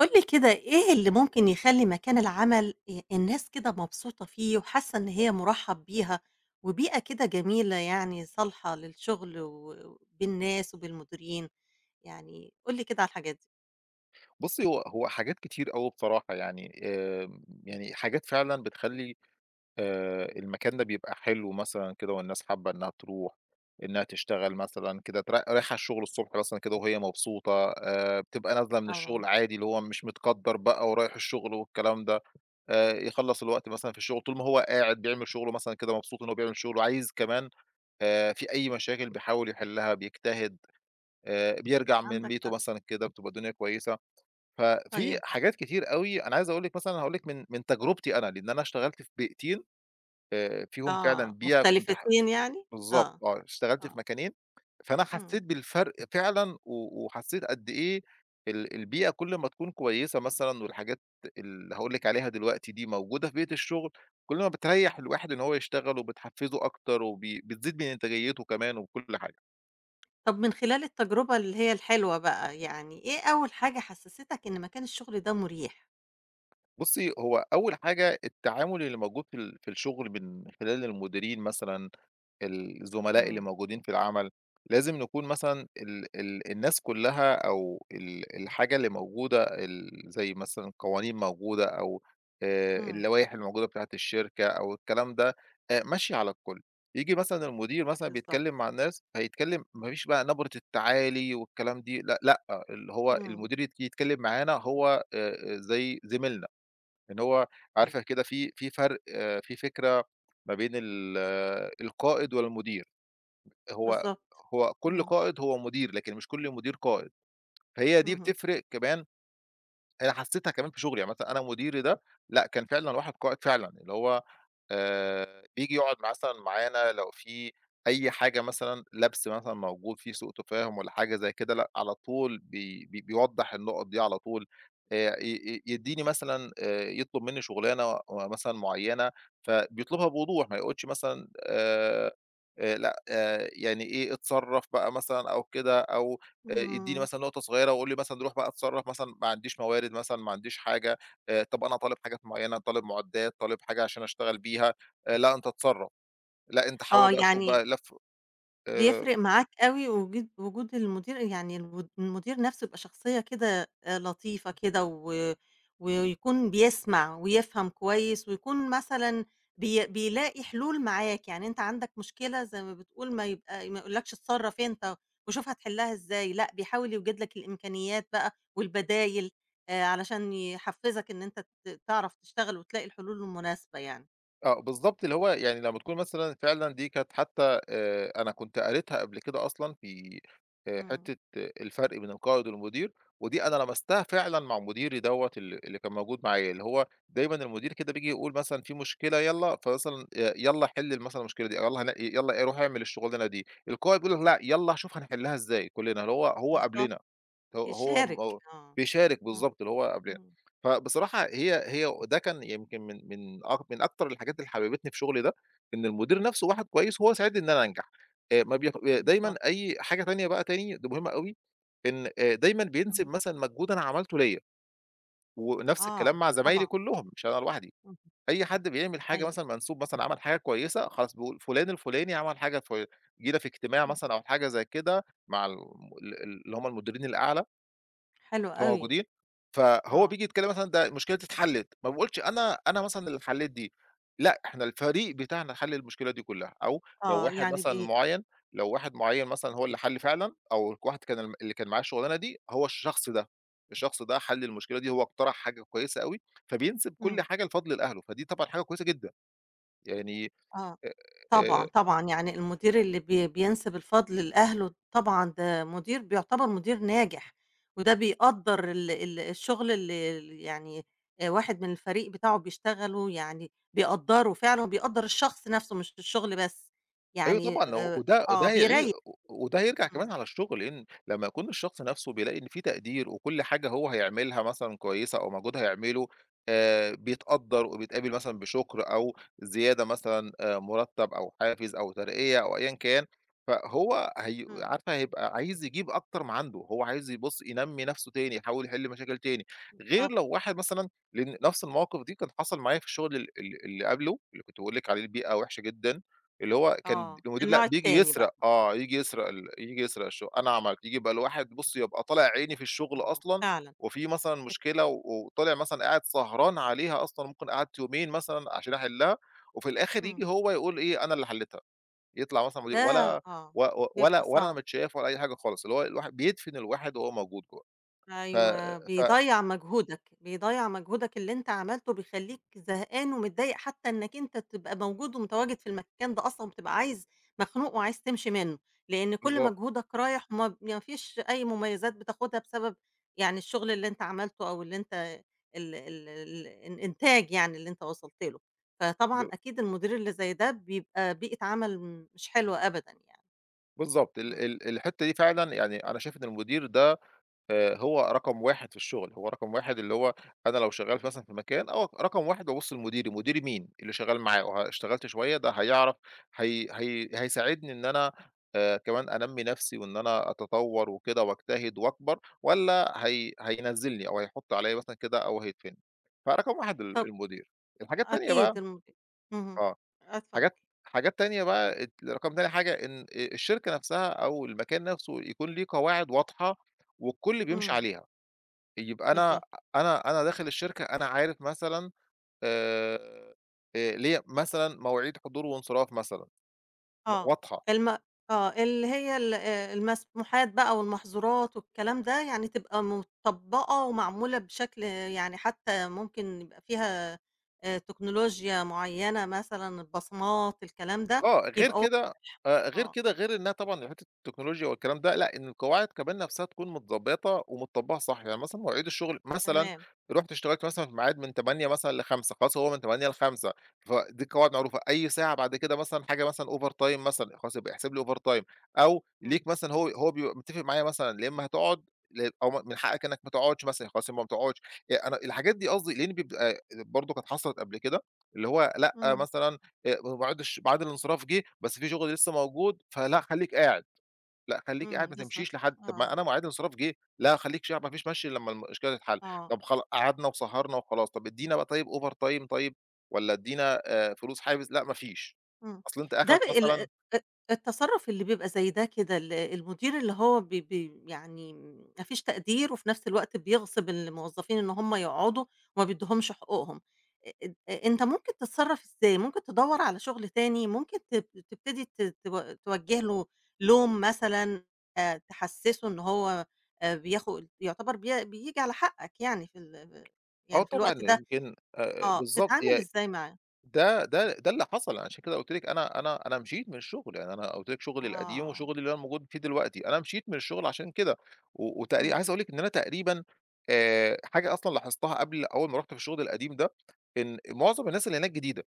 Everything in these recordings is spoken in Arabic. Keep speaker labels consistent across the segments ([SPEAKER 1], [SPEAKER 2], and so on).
[SPEAKER 1] قُل لي كده إيه اللي ممكن يخلّي مكان العمل الناس كده مبسوطة فيه وحاسة إن هي مُرحّب بيها، وبيئة كده جميلة يعني صالحة للشغل و بالناس وبالمديرين، يعني قُل لي كده على الحاجات دي؟
[SPEAKER 2] بُصّي، هو حاجات كتير أوي بصراحة يعني، يعني حاجات فعلًا بتخلّي المكان ده بيبقى حلو مثلًا كده والناس حابة إنها تروح، إنها تشتغل مثلًا كده رايحة الشغل الصبح مثلًا كده وهي مبسوطة، بتبقى نازلة من
[SPEAKER 1] طبعًا.
[SPEAKER 2] الشغل عادي اللي هو مش متقدّر بقى ورايح الشغل والكلام ده، يخلّص الوقت مثلًا في الشغل طول ما هو قاعد بيعمل شغله مثلًا كده مبسوط إن هو بيعمل شغله، عايز كمان في أي مشاكل بيحاول يحلّها، بيجتهد، بيرجع من
[SPEAKER 1] عندك
[SPEAKER 2] بيته
[SPEAKER 1] حق.
[SPEAKER 2] مثلًا كده بتبقى الدنيا كويسة. ففي
[SPEAKER 1] طيب.
[SPEAKER 2] حاجات كتير أوي، أنا عايز أقول لِك مثلًا هاقول لِك من تجربتي أنا، لإن أنا اشتغلت في بيئتين فيهم فعلًا
[SPEAKER 1] آه،
[SPEAKER 2] بيئة كنت
[SPEAKER 1] مختلفتين يعني؟
[SPEAKER 2] بالضبط،
[SPEAKER 1] آه.
[SPEAKER 2] آه، اشتغلت في
[SPEAKER 1] آه.
[SPEAKER 2] مكانين، فأنا
[SPEAKER 1] إمم.
[SPEAKER 2] حسيت بالفرق فعلًا و وحسيت قد إيه البيئة كل ما تكون كويسة مثلًا والحاجات اللي هاقول لِك عليها دلوقتي دي موجودة في بيئة الشغل، كل ما بتريّح الواحد إن هو يشتغل وبتحفّزه أكتر بتزيد من إنتاجيته كمان وكل حاجة.
[SPEAKER 1] طب من خلال التجربة اللي هي الحلوة بقى، يعني إيه أول حاجة حسستك إن مكان الشغل ده مُريح؟
[SPEAKER 2] بُصّي، هو أول حاجة التعامل اللي موجود في الشغل من خلال المديرين مثلًا، الزملاء اللي
[SPEAKER 1] إمم.
[SPEAKER 2] موجودين في العمل، لازم نكون مثلًا ال ال الناس كلّها أو الحاجة اللي موجودة زي مثلًا قوانين موجودة أو
[SPEAKER 1] إمم.
[SPEAKER 2] اللوائح الموجودة بتاعة الشركة أو الكلام ده ماشية على الكل. ييجي مثلًا المدير مثلًا بيتكلّم
[SPEAKER 1] بالضبط.
[SPEAKER 2] مع الناس، هيتكلّم ما فيش بقى نبرة التعالي والكلام دي، لأ، لأ، اللي هو
[SPEAKER 1] إمم.
[SPEAKER 2] المدير يتكلّم معانا هو زي زميلنا. إن هو
[SPEAKER 1] أيوه.
[SPEAKER 2] عارفة كده في فرق، آه، في فكرة ما بين آه، القائد والمدير، هو
[SPEAKER 1] بالضبط.
[SPEAKER 2] هو كل
[SPEAKER 1] إمم.
[SPEAKER 2] قائد هو مدير، لكن مش كل مدير قائد، فهي دي
[SPEAKER 1] اهم.
[SPEAKER 2] بتفرق كمان. أنا حسيتها كمان في شغلي، يعني مثلًا أنا مديري ده لأ، كان فعلًا واحد قائد فعلًا، اللي هو بييجي يقعد مثلًا معانا لو في أي حاجة مثلًا لَبْس مثلًا موجود، في سوء تفاهم والّا حاجة زي كده، لأ، على طول بي بيوضّح النقط دي على طول، ي ي يدّيني مثلًا يطلب منّي شغلانة مثلًا معيّنة، فبيطلبها بوضوح، ما يقولش مثلًا لأ، يعني إيه، اتصرّف بقى مثلًا أو كده أو يدّيني
[SPEAKER 1] إمم.
[SPEAKER 2] مثلًا نقطة صغيرة ويقول لي مثلًا روح بقى اتصرّف مثلًا ما عنديش موارد مثلًا، ما عنديش حاجة، طَب أنا طالب حاجات معيّنة، طالب معدات، طالب حاجة عشان أشتغل بيها، لأ أنت اتصرّف، لأ أنت حاول
[SPEAKER 1] آه.
[SPEAKER 2] بقى شوف
[SPEAKER 1] يعني
[SPEAKER 2] بقى لَف آآ
[SPEAKER 1] بيفرق معاك أوي وجود المدير، يعني الود المدير نَفْسه يبقى شخصية كده لطيفة كده، و ويكون بيسمع ويفهم كويس، ويكون مثلًا بيلاقي حلول معاك. يعني أنت عندك مشكلة زي ما بتقول، ما يبقى ما يقولكش اتصرّف أنت وشوف هتحلّها إزاي، لأ بيحاول يوجد لك الإمكانيات بقى والبدايل، علشان يحفّزك إن أنت تعرف تشتغل وتلاقي الحلول المناسبة يعني.
[SPEAKER 2] آه، بالضبط، اللي هو يعني لمّا تكون مثلًا فعلًا دي كانت حتى أنا كنت قريتها قبل كده أصلًا في
[SPEAKER 1] إمم.
[SPEAKER 2] حتّة، الفرق بين القائد والمدير، ودي أنا لمستها فعلًا مع مديري دوّة اللي كان موجود معايا، اللي هو دايمًا المدير كده بييجي يقول مثلًا في مشكلة يالّا، فمثلًا يالّا حل مثلًا المشكلة دي، يالّا يالّا روح اعمل الشغلانة دي، القائد بيقول لك لأ، يالّا شوف هنحلها إزاي كلّنا، اللي هو هو
[SPEAKER 1] بالضبط.
[SPEAKER 2] قبلنا. هو هو
[SPEAKER 1] يشارك.
[SPEAKER 2] هو
[SPEAKER 1] آه.
[SPEAKER 2] بيشارك
[SPEAKER 1] إمم.
[SPEAKER 2] بالضبط اللي هو قبلنا.
[SPEAKER 1] إمم.
[SPEAKER 2] فبصراحة هي ده كان يمكن من أكتر الحاجات اللي حببتني في شغلي ده، إن المدير نفسه واحد كويس وهو ساعدني إن أنا أنجح. ما بياخ دايمًا
[SPEAKER 1] بالضبط.
[SPEAKER 2] أي حاجة تانية بقى تاني دي مهمة أوي، إن دايمًا بينسب
[SPEAKER 1] إمم.
[SPEAKER 2] مثلًا مجهود أنا عملته ليّا، ونفس
[SPEAKER 1] آه.
[SPEAKER 2] الكلام مع زمايلي
[SPEAKER 1] طبعًا.
[SPEAKER 2] كلّهم مش أنا لوحدي.
[SPEAKER 1] اهم.
[SPEAKER 2] أي حد بيعمل حاجة
[SPEAKER 1] أيوه.
[SPEAKER 2] مثلًا منسوب مثلًا عمل حاجة كويسة، خلاص بيقول فلان الفلاني عمل حاجة جينا في اجتماع
[SPEAKER 1] اهم.
[SPEAKER 2] مثلًا أو حاجة زي كده مع ال اللي هم المديرين الأعلى
[SPEAKER 1] حلو
[SPEAKER 2] بيبقوا
[SPEAKER 1] أوي.
[SPEAKER 2] موجودين، فهو
[SPEAKER 1] آه.
[SPEAKER 2] بييجي يتكلم مثلًا ده المشكلة دي اتحلت، ما باقولش أنا مثلًا اللي حليت دي، لأ إحنا الفريق بتاعنا حل المشكلة دي كلها، أو لو
[SPEAKER 1] آه،
[SPEAKER 2] واحد
[SPEAKER 1] يعني
[SPEAKER 2] مثلًا
[SPEAKER 1] ب
[SPEAKER 2] معيّن لو واحد معيّن مثلًا هو اللي حل فعلًا، أو واحد كان اللي كان معاه الشغلانة دي هو الشخص ده، الشخص ده حل المشكلة دي، هو اقترح حاجة كويسة أوي، فبينسب كل
[SPEAKER 1] إمم.
[SPEAKER 2] حاجة لفضل لأهله، فدي طبعًا حاجة كويسة جدًا، يعني
[SPEAKER 1] آه.
[SPEAKER 2] آآ
[SPEAKER 1] طبعًا، طبعًا، يعني المدير اللي بينسب الفضل لأهله طبعًا ده مدير بيعتبر مدير ناجح، وده بيقدّر ال ال الشغل اللي يعني واحد من الفريق بتاعه بيشتغله، يعني بيقدّره فعلًا وبيقدّر الشخص نَفْسه مش الشغل بس،
[SPEAKER 2] أيوه
[SPEAKER 1] يعني
[SPEAKER 2] طبعًا، و وده
[SPEAKER 1] آه،
[SPEAKER 2] وده هيعي
[SPEAKER 1] بيريّح.
[SPEAKER 2] وده هيرجع كمان
[SPEAKER 1] إمم.
[SPEAKER 2] على الشغل، لإن لمّا يكون الشخص نَفْسه بيلاقي إن في تقدير وكل حاجة هو هيعملها مثلًا كويسة أو مجهود هيعمله بيتقدّر وبيتقابل مثلًا بشُكر أو زيادة مثلًا مُرتَّب أو حافز أو ترقية أو أيًا كان، فهو هي
[SPEAKER 1] إمم.
[SPEAKER 2] عارفة هيبقى عايز يجيب أكتر ما عنده، هو عايز يبُص ينمّي نَفْسه تاني، يحاول يحل مشاكل تاني، غير
[SPEAKER 1] آه.
[SPEAKER 2] لو واحد مثلًا لإن نَفْس المواقف دي كان حصل معايا في الشغل ال اللي قبله، اللي كنت باقول لِك عليه البيئة وِحشة جدًا. اللي هو كان
[SPEAKER 1] آه،
[SPEAKER 2] المدير لأ،
[SPEAKER 1] النوع
[SPEAKER 2] بييجي
[SPEAKER 1] التاني
[SPEAKER 2] يسرق،
[SPEAKER 1] بقى. آه.
[SPEAKER 2] آه، ييجي يسرق الشغل، أنا عملت ييجي بقى الواحد بُص يبقى طالع عيني في الشغل
[SPEAKER 1] آه،
[SPEAKER 2] أصلًا،
[SPEAKER 1] فعلًا.
[SPEAKER 2] وفي مثلًا مشكلة وطالع مثلًا قاعد سهران عليها أصلًا، ممكن قعدت يومين مثلًا عشان أحلّها، وفي الآخر
[SPEAKER 1] إمم.
[SPEAKER 2] ييجي هو يقول إيه، أنا اللي حليتها، يطلع مثلًا
[SPEAKER 1] ده.
[SPEAKER 2] مدير ولا
[SPEAKER 1] آه،
[SPEAKER 2] و و ولا
[SPEAKER 1] بيبقى
[SPEAKER 2] ولا انا
[SPEAKER 1] صعب.
[SPEAKER 2] متشاف ولا أي حاجة خالص، اللي هو الواحد بيدفن الواحد وهو موجود جوّه، ف
[SPEAKER 1] أيوه،
[SPEAKER 2] ف
[SPEAKER 1] بيضيّع مجهودك، بيضيّع مجهودك اللي أنت عملته، بيخلّيك زهقان ومتضايق حتى إنّك أنت تبقى موجود ومتواجد في المكان ده أصلًا، وبتبقى عايز مخنوق وعايز تمشي منّه، لإن كل
[SPEAKER 2] بالضبط،
[SPEAKER 1] مجهودك رايح وما ما فيش أي مميزات بتاخدها بسبب يعني الشغل اللي أنت عملته أو اللي أنت ال ال ال الإنتاج يعني اللي أنت وصلت له،
[SPEAKER 2] ب
[SPEAKER 1] فطبعًا أكيد المدير اللي زي ده بيبقى بيئة عمل مش حلوة أبدًا يعني.
[SPEAKER 2] بالضبط ال
[SPEAKER 1] إمم.
[SPEAKER 2] ال الحتّة دي فعلًا يعني أنا شايف إن المدير ده هو رقم 1 في الشغل، هو رقم 1 اللي هو أنا لو شغّال في مثلًا في مكان، آه، رقم 1 بابُص لمديري، مديري مين؟ اللي شغّال معاه اشتغلت شوية ده هيعرف هي هيساعدني إن أنا كمان أنمّي نَفْسي وإن أنا أتطوّر وكده وأجتهد وأكبر والّا هينزّلني أو هيحُط عليّا مثلًا كده أو هيدفني. فرقم 1
[SPEAKER 1] طَب
[SPEAKER 2] المدير. الحاجة التانية
[SPEAKER 1] أكيد
[SPEAKER 2] بقى،
[SPEAKER 1] اهم.
[SPEAKER 2] آه،
[SPEAKER 1] آه، اتفضل.
[SPEAKER 2] حاجات تانية بقى رقم تاني حاجة إن الشركة نَفْسها أو المكان نَفْسه يكون ليه قواعد واضحة والكل بيمشي
[SPEAKER 1] إمم.
[SPEAKER 2] عليها. يبقى أنا
[SPEAKER 1] بالضبط.
[SPEAKER 2] أنا داخل الشركة أنا عارف مثلًا آآ، ليّا مثلًا مواعيد حضور وانصراف مثلًا،
[SPEAKER 1] آه.
[SPEAKER 2] واضحة.
[SPEAKER 1] الم آه، اللي هي ال المسموحات بقى والمحظورات والكلام ده، يعني تبقى متطبّقة ومعمولة بشكل يعني، حتى ممكن يبقى فيها تكنولوجيا معيّنة مثلًا، البصمات الكلام ده،
[SPEAKER 2] آه، غير
[SPEAKER 1] يبقى واضح.
[SPEAKER 2] كده
[SPEAKER 1] آه.
[SPEAKER 2] غير إنها طبعًا حتّة التكنولوجيا والكلام ده، لأ إن القواعد كمان نفْسها تكون متضبّطة ومتطبّقة صح، يعني مثلًا مواعيد الشغل مثلًا
[SPEAKER 1] تمام.
[SPEAKER 2] رُحت اشتغلت مثلًا في ميعاد من 08:00 مثلًا ل17:00 خلاص هو من 08:00 ل17:00، فدي قواعد معروفة، أي ساعة بعد كده مثلًا حاجة مثلًا overtime مثلًا خلاص يبقى يحسب لي overtime أو ليك
[SPEAKER 1] بالضبط.
[SPEAKER 2] مثلًا هو بيبقى متّفق معايا مثلًا يا إمّا هتقعد أو من حقك إنك ما تقعدش مثلًا خلاص يبقى ما تقعدش، أنا الحاجات دي قصدي لإن بيبقى برضه كانت حصلت قبل كده، اللي هو لأ
[SPEAKER 1] إمم.
[SPEAKER 2] مثلًا وبعد ميعاد الانصراف جه، بس في شغل لسه موجود، فلأ خلّيك قاعد، لأ خلّيك قاعد
[SPEAKER 1] إمم.
[SPEAKER 2] ما
[SPEAKER 1] بالضبط.
[SPEAKER 2] تمشيش لحد طب ما أنا
[SPEAKER 1] آه.
[SPEAKER 2] ميعاد الانصراف جه، لأ خلّيك ما فيش مشي إلّا لمّا المشكلة تتحل،
[SPEAKER 1] آه.
[SPEAKER 2] طب خلا قعدنا وسهرنا وخلاص، طب ادّينا بقى طيب over time طيب والّا ادّينا فلوس حافز، لأ ما فيش،
[SPEAKER 1] إمم.
[SPEAKER 2] أصل أنت
[SPEAKER 1] ده
[SPEAKER 2] آخرك
[SPEAKER 1] ب ال أ
[SPEAKER 2] مثلًا
[SPEAKER 1] أ التصرُّف اللي بيبقى زي ده كده ال المدير اللي هو بي بي يعني ما فيش تقدير، وفي نفس الوقت بيغصب الموظفين إن هم يقعدوا وما بيدّيهمش حقوقهم. أ أد أ أنت ممكن تتصرّف إزاي؟ ممكن تدوّر على شُغل تاني، ممكن تبتدي ت تو توجّه له لوم مثلًا، تحسّسه إن هو بياخد يعتبر بييجي على حقّك يعني في ال
[SPEAKER 2] آه
[SPEAKER 1] يعني في
[SPEAKER 2] طبعًا
[SPEAKER 1] الوقت ده.
[SPEAKER 2] يمكن
[SPEAKER 1] آه،
[SPEAKER 2] بالضبط
[SPEAKER 1] بتتعامل
[SPEAKER 2] ي
[SPEAKER 1] إزاي معاه؟
[SPEAKER 2] ده ده اللي حصل، انا عشان كده قُلت لِك أنا مشيت من الشغل، يعني أنا قُلت لِك شغلي القديم
[SPEAKER 1] آه.
[SPEAKER 2] وشغلي اللي أنا موجود فيه دلوقتي، أنا مشيت من الشغل عشان كده، و وتقري
[SPEAKER 1] إمم.
[SPEAKER 2] عايز أقول لِك إن أنا تقريبًا حاجة أصلًا لاحظتها قبل أول ما رُحت في الشغل القديم ده، إن معظم الناس اللي هناك جديدة.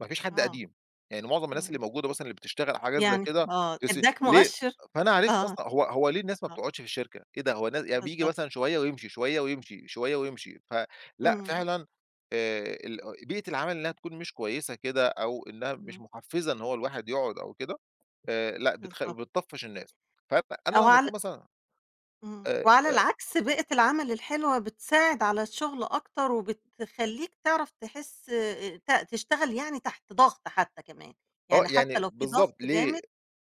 [SPEAKER 2] ما فيش حد
[SPEAKER 1] آه.
[SPEAKER 2] قديم، يعني معظم الناس اللي
[SPEAKER 1] إمم.
[SPEAKER 2] موجودة مثلًا اللي بتشتغل حاجات زي
[SPEAKER 1] يعني
[SPEAKER 2] كده
[SPEAKER 1] آه،
[SPEAKER 2] تس
[SPEAKER 1] ادّاك
[SPEAKER 2] ليه؟
[SPEAKER 1] مؤشِّر.
[SPEAKER 2] فأنا عرفت
[SPEAKER 1] آه.
[SPEAKER 2] أصلًا هو ليه الناس ما
[SPEAKER 1] آه.
[SPEAKER 2] بتقعدش في الشركة؟ إيه ده هو الناس يعني بييجي
[SPEAKER 1] بالضبط.
[SPEAKER 2] مثلًا شوية ويمشي، شوية ويمشي، شوية ويمشي، فلأ
[SPEAKER 1] إمم.
[SPEAKER 2] فعلًا آآ ال بيئة العمل إنها تكون مش كويسة كده أو إنها مش
[SPEAKER 1] إمم.
[SPEAKER 2] محفزة إن هو الواحد يقعد أو كده لأ
[SPEAKER 1] بالضبط.
[SPEAKER 2] بتطفّش الناس، فأنا أنا
[SPEAKER 1] أو
[SPEAKER 2] لمّا
[SPEAKER 1] على.
[SPEAKER 2] أكون مثلًا
[SPEAKER 1] إمم،
[SPEAKER 2] آآ
[SPEAKER 1] وعلى
[SPEAKER 2] آآ
[SPEAKER 1] العكس بيئة العمل الحلوة بتساعد على الشغل أكتر، وبتخلّيك تعرف تحس ت تشتغل يعني تحت ضغط حتى كمان، يعني حتى
[SPEAKER 2] يعني
[SPEAKER 1] لو في
[SPEAKER 2] بالضبط
[SPEAKER 1] ضغط
[SPEAKER 2] ليه؟
[SPEAKER 1] جامد.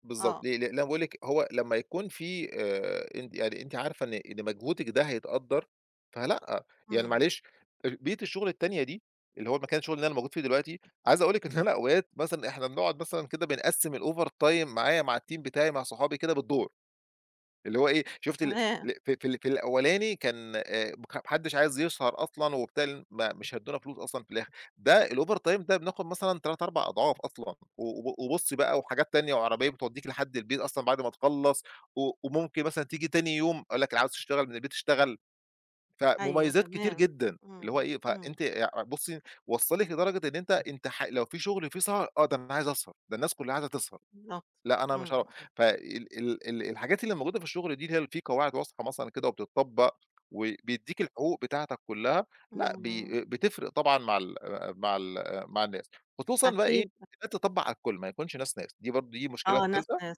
[SPEAKER 2] بالضبط،
[SPEAKER 1] آه.
[SPEAKER 2] ليه؟ لأن أنا باقول لِك هو لمّا يكون في أنتِ يعني أنتِ عارفة إن مجهودِك ده هيتقدّر، فلأ، آه، يعني
[SPEAKER 1] إمم.
[SPEAKER 2] معلش بيئة الشغل التانية دي، اللي هو المكان الشغل اللي أنا موجود فيه دلوقتي، عايز أقول لِك إن أنا أوقات مثلًا إحنا بنقعد مثلًا كده بنقسّم الovertime معايا مع الteam بتاعي مع صحابي كده بالدور. اللي هو إيه، شُفت ال
[SPEAKER 1] تمام.
[SPEAKER 2] ال في في ال في الأولاني كان ما حدّش عايز يسهر أصلًا وبتاع لإن ما مش هيدّونا فلوس أصلًا في الآخر، ده الovertime ده بناخُد مثلًا 3، 4 أضعاف أصلًا و و وبُص بقى وحاجات تانية وعربية بتودّيك لحد البيت أصلًا بعد ما تخلّص وممكن مثلًا تيجي تاني يوم أقول لك عاوز تشتغل من البيت اشتغل،
[SPEAKER 1] أيوه
[SPEAKER 2] فمميزات كتير
[SPEAKER 1] تمام.
[SPEAKER 2] جدًا،
[SPEAKER 1] إمم.
[SPEAKER 2] اللي هو إيه،
[SPEAKER 1] إمم.
[SPEAKER 2] فأنتِ بُصّي وصّلِك لدرجة إن أنت أنت ح لو في شُغل فيه سهر، آه، ده أنا عايز أسهر، ده الناس كُلّها عايزة تسهر.
[SPEAKER 1] بالضبط.
[SPEAKER 2] لأ، أنا مش
[SPEAKER 1] إمم.
[SPEAKER 2] هاروح. فال ال ال الحاجات اللي موجودة في الشغل دي اللي هي في قواعد واضحة مثلًا كده وبتطبّق وبيدّيك الحقوق بتاعتك كلّها، لأ،
[SPEAKER 1] إمم. إمم.
[SPEAKER 2] بتفرق طبعًا مع ال مع ال مع الناس، خصوصًا بقى إيه،
[SPEAKER 1] أكيد.
[SPEAKER 2] إنها تطبّق على الكل، ما يكونش ناس، ناس. دي برضه المشكلة
[SPEAKER 1] آه، ناس
[SPEAKER 2] التالتة.
[SPEAKER 1] ناس.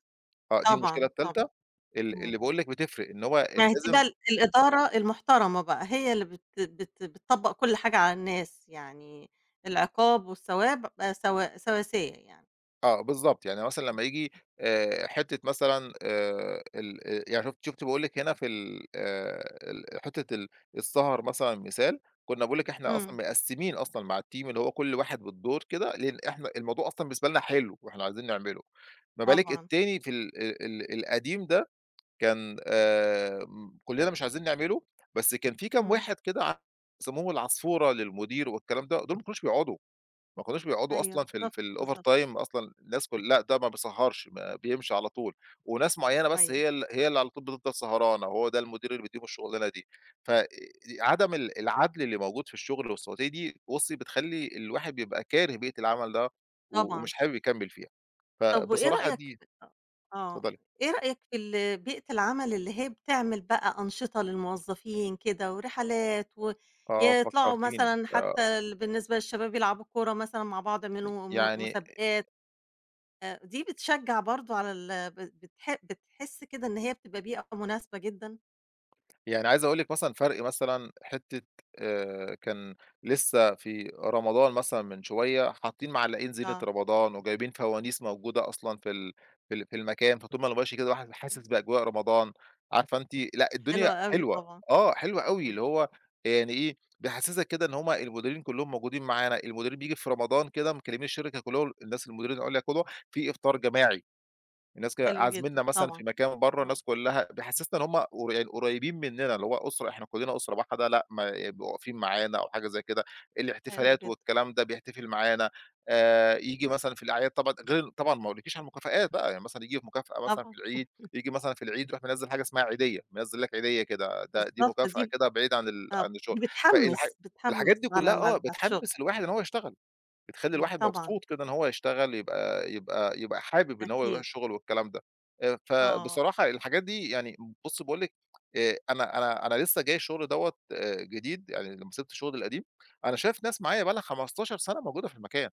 [SPEAKER 2] آه، دي المشكلة
[SPEAKER 1] طبعًا.
[SPEAKER 2] التالتة.
[SPEAKER 1] طبعًا.
[SPEAKER 2] ال
[SPEAKER 1] إمم.
[SPEAKER 2] اللي باقول لك بتفرق، إن هو
[SPEAKER 1] ما هي دي بقى
[SPEAKER 2] لازم.
[SPEAKER 1] الإدارة المحترمة بقى، هي اللي بت بت بتطبّق كل حاجة على الناس، يعني العقاب والثواب بقى سواسية يعني.
[SPEAKER 2] آه، بالضبط، يعني مثلًا لمّا ييجي حتّة مثلًا، ال يعني شُفت باقول لِك هنا في ال حتّة السهر مثلًا مثال. كنّا باقول لِك إحنا أصلًا
[SPEAKER 1] إمم.
[SPEAKER 2] مقسّمين أصلًا مع الteam، اللي هو كل واحد بالدور كده، لإن إحنا الموضوع أصلًا بالنسبة لنا حلو وإحنا عايزين نعمله. ما بالِك
[SPEAKER 1] طبعًا.
[SPEAKER 2] التاني في ال القديم ده، كان م كُلّنا مش عايزين نعمله، بس كان في كام
[SPEAKER 1] إمم.
[SPEAKER 2] واحد كده يسمّوهم العصفورة للمدير والكلام ده، دول ما كانوش بيقعدوا. ما كانوش بيقعدوا
[SPEAKER 1] أيوه
[SPEAKER 2] أصلًا في ال
[SPEAKER 1] بالضبط.
[SPEAKER 2] في الover
[SPEAKER 1] بالضبط.
[SPEAKER 2] time أصلًا. الناس لأ، ده ما بيسهّرش، ما بيمشي على طول، وناس معيّنة بس
[SPEAKER 1] أيوه.
[SPEAKER 2] هي اللي على طول بتفضل سهرانة، وهو ده المدير اللي بيديهم الشغلانة دي. ف عدم العدل اللي موجود في الشغل والسلطوية دي بُصّي، بتخلّي الواحد بيبقى كاره بيئة العمل ده و
[SPEAKER 1] طبعًا.
[SPEAKER 2] ومش حابب يكمّل فيها.
[SPEAKER 1] طب وإيه
[SPEAKER 2] فبصراحة
[SPEAKER 1] رأيك.
[SPEAKER 2] دي،
[SPEAKER 1] أ آه،
[SPEAKER 2] اتفضلي.
[SPEAKER 1] إيه رأيك في ال بيئة العمل اللي هي بتعمل بقى أنشطة للموظفين كده ورحلات،
[SPEAKER 2] آه،
[SPEAKER 1] ويطلعوا
[SPEAKER 2] فكّرتيني.
[SPEAKER 1] مثلًا حتى ال بالنسبة للشباب يلعبوا كورة مثلًا مع بعض،
[SPEAKER 2] ي
[SPEAKER 1] يعملوا
[SPEAKER 2] يعني
[SPEAKER 1] مسابقات. دي بتشجّع برضه على ال ب بتح بتحس كده إن هي بتبقى بيئة مناسبة جدًا؟
[SPEAKER 2] يعني عايز أقول لِك مثلًا فرْق مثلًا حتّة، كان لسّه في رمضان مثلًا من شوية، حاطّين معلّقين زينة
[SPEAKER 1] آه،
[SPEAKER 2] رمضان وجايبين فوانيس موجودة أصلًا في ال في ال في المكان، فطول ما أنا ماشي كده الواحد حاسس بأجواء رمضان. عارفة أنتِ، لأ الدنيا
[SPEAKER 1] حلوة أوي
[SPEAKER 2] حلوة،
[SPEAKER 1] طبعًا.
[SPEAKER 2] آه، حلوة أوي،
[SPEAKER 1] إمم.
[SPEAKER 2] اللي هو يعني إيه، بيحسّسك كده إن هم المديرين كُلّهم موجودين معانا. المديرين بييجي في رمضان كده مكلّمين الشركة كُلّهم، الناس المديرين العُليا كُلّه في إفطار جماعي. الناس كده
[SPEAKER 1] حلو جدًا
[SPEAKER 2] عازميننا مثلًا في
[SPEAKER 1] طبعًا.
[SPEAKER 2] مكان برّه،
[SPEAKER 1] آه.
[SPEAKER 2] الناس كلّها بيحسّسنا إن هم يعني قريبين مننا، اللي هو أسرة، إحنا كلّنا أسرة واحدة، لأ ما يبقوا واقفين معانا أو حاجة زي كده.
[SPEAKER 1] حلو
[SPEAKER 2] الاحتفالات
[SPEAKER 1] جدًا.
[SPEAKER 2] والكلام ده بيحتفل معانا. ييجي مثلًا في الأعياد، طبعًا غير طبعًا ما أقولكيش على المكافآت بقى، يعني مثلًا ييجي في مكافأة مثلًا في
[SPEAKER 1] طبعًا.
[SPEAKER 2] العيد، ييجي مثلًا في العيد يروح منزّل حاجة اسمها عيدية، منزّل لك عيدية كده، ده دي
[SPEAKER 1] بالضبط
[SPEAKER 2] مكافأة
[SPEAKER 1] دي.
[SPEAKER 2] كده بعيد عن
[SPEAKER 1] آه،
[SPEAKER 2] عن الشغل.
[SPEAKER 1] دي
[SPEAKER 2] فالح
[SPEAKER 1] بتحمّس،
[SPEAKER 2] الحاجات
[SPEAKER 1] بتحمّس
[SPEAKER 2] دي كلّها، آه،
[SPEAKER 1] على الشغل.
[SPEAKER 2] بتحمّس الواحد إن
[SPEAKER 1] آه.
[SPEAKER 2] هو يشتغل. بتخلّي
[SPEAKER 1] إمم.
[SPEAKER 2] الواحد
[SPEAKER 1] طبعًا.
[SPEAKER 2] مبسوط كده إن هو يشتغل، يبقى حابب إن هو يروح
[SPEAKER 1] أكيد.
[SPEAKER 2] الشغل والكلام ده.
[SPEAKER 1] آه.
[SPEAKER 2] فبصراحة الحاجات دي يعني، بُصّي باقول لِك، أنا لسه جاي الشغل دوّة جديد، يعني لمّا سِبت شغلي القديم، أنا شايف ناس معايا بقى لها 15 سَنة موجودة في المكان،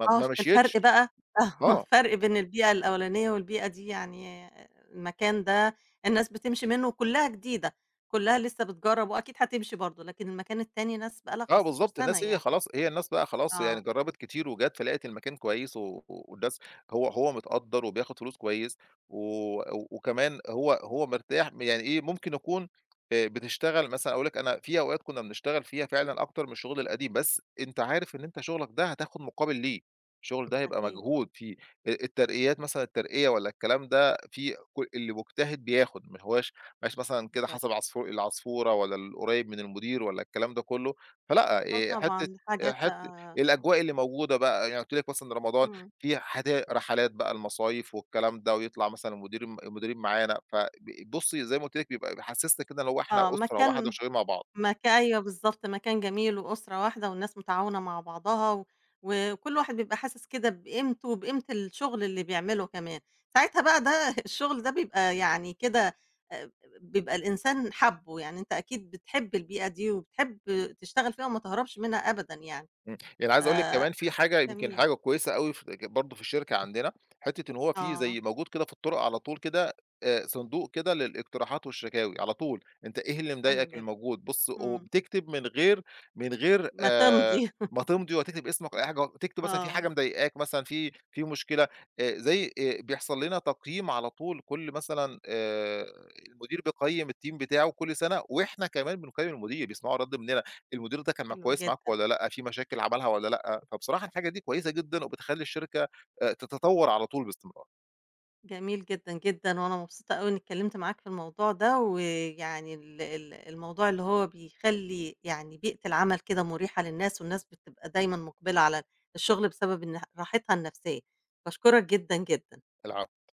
[SPEAKER 2] ما
[SPEAKER 1] آه،
[SPEAKER 2] ما
[SPEAKER 1] الفرق
[SPEAKER 2] مشيتش.
[SPEAKER 1] بقى آه،
[SPEAKER 2] آه.
[SPEAKER 1] الفرق بين البيئة الأولانية والبيئة دي يعني المكان ده الناس بتمشي منه وكلّها جديدة، كلّها لسه بتجرّب وأكيد هتمشي برضه، لكن المكان التاني ناس بقى لها
[SPEAKER 2] آه
[SPEAKER 1] 15
[SPEAKER 2] بالضبط،
[SPEAKER 1] سَنة
[SPEAKER 2] الناس هي
[SPEAKER 1] يعني.
[SPEAKER 2] خلاص، هي الناس بقى خلاص يعني
[SPEAKER 1] آه.
[SPEAKER 2] جرّبت كتير وجات، فلقت المكان كويس و و- والناس، هو متقدّر وبياخد فلوس كويس، و و- وكمان هو مرتاح، يعني إيه، ممكن يكون بتشتغل مثلًا، أقول لك أنا في أوقات كُنّا بنشتغل فيها فعلًا أكتر من الشغل القديم، بس أنت عارف إن أنت شغلك ده هتاخد مقابل ليه، الشغل ده هيبقى
[SPEAKER 1] أكيد.
[SPEAKER 2] مجهود فيه. الترقيات مثلًا، الترقية والّا الكلام ده، في ك اللي مجتهد بياخد، ما هواش ما هياش مثلًا كده
[SPEAKER 1] بالضبط.
[SPEAKER 2] حسب العصفورة والّا القريب من المدير والّا الكلام ده كلّه. فلأ،
[SPEAKER 1] آه
[SPEAKER 2] حتّة
[SPEAKER 1] طبعًا. حاجات
[SPEAKER 2] حت
[SPEAKER 1] بقى. آه.
[SPEAKER 2] الأجواء اللي موجودة بقى، يعني قُلت لِك مثلًا رمضان،
[SPEAKER 1] إمم.
[SPEAKER 2] في حدا رحلات بقى، المصايف والكلام ده، ويطلع مثلًا المديرين معانا، بُصّي زي ما قُلت لك بيبقى بيحسّسنا كده إن هو إحنا
[SPEAKER 1] آه،
[SPEAKER 2] أسرة واحدة
[SPEAKER 1] مكان.
[SPEAKER 2] وشغالين مع بعض.
[SPEAKER 1] أيوه بالضبط، مكان جميل وأسرة واحدة والناس متعاونة مع بعضها، و وكل واحد بيبقى حاسس كده بقيمته وبقيمة الشغل اللي بيعمله كمان، ساعتها بقى ده الشغل ده بيبقى يعني كده آآ بيبقى الإنسان حابّه، يعني أنت أكيد بتحب البيئة دي وبتحب تشتغل فيها وما تهربش منها أبدًا يعني.
[SPEAKER 2] إمم، يعني
[SPEAKER 1] ف
[SPEAKER 2] عايز أقول لِك كمان في حاجة، يمكن
[SPEAKER 1] جميل.
[SPEAKER 2] حاجة كويسة أوي ف برضه في الشركة عندنا، حتّة إن هو في
[SPEAKER 1] آه.
[SPEAKER 2] زي موجود كده في الطرق على طول كده، صندوق كده للاقتراحات والشكاوي على طول، أنت إيه اللي
[SPEAKER 1] حلو
[SPEAKER 2] مضايقك
[SPEAKER 1] جدًا.
[SPEAKER 2] الموجود، بُص
[SPEAKER 1] إمم.
[SPEAKER 2] وبتكتب من غير من غير
[SPEAKER 1] ما
[SPEAKER 2] آآ،
[SPEAKER 1] تمضي
[SPEAKER 2] ما تمضي ولا تكتب اسمك ولا أي حاجة، تكتب مثلًا في حاجة
[SPEAKER 1] آه،
[SPEAKER 2] مضايقاك مثلًا في مشكلة. زي بيحصل لنا تقييم على طول كل مثلًا، المدير بيقيّم الteam بتاعه كل سنة، وإحنا كمان بنقيّم المدير، بيسمعوا رَد مننا. المدير ده كان
[SPEAKER 1] حلو
[SPEAKER 2] كويس معاكم
[SPEAKER 1] جدًا.
[SPEAKER 2] والّا لأ، في مشاكل عملها والّا لأ؟ فبصراحة الحاجة دي كويسة جدًا وبتخلّي الشركة تتطور على طول باستمرار.
[SPEAKER 1] جميل جدًا، جدًا، وأنا مبسوطة أوي إني اتكلمت معاك في الموضوع ده، ويعني ال ال الموضوع اللي هو بيخلّي يعني بيئة العمل كده مُريحة للناس، والناس بتبقى دايمًا مُقبلة على الشغل بسبب إن راحتها النفسية. باشكرك جدًا، جدًا.
[SPEAKER 2] العفو.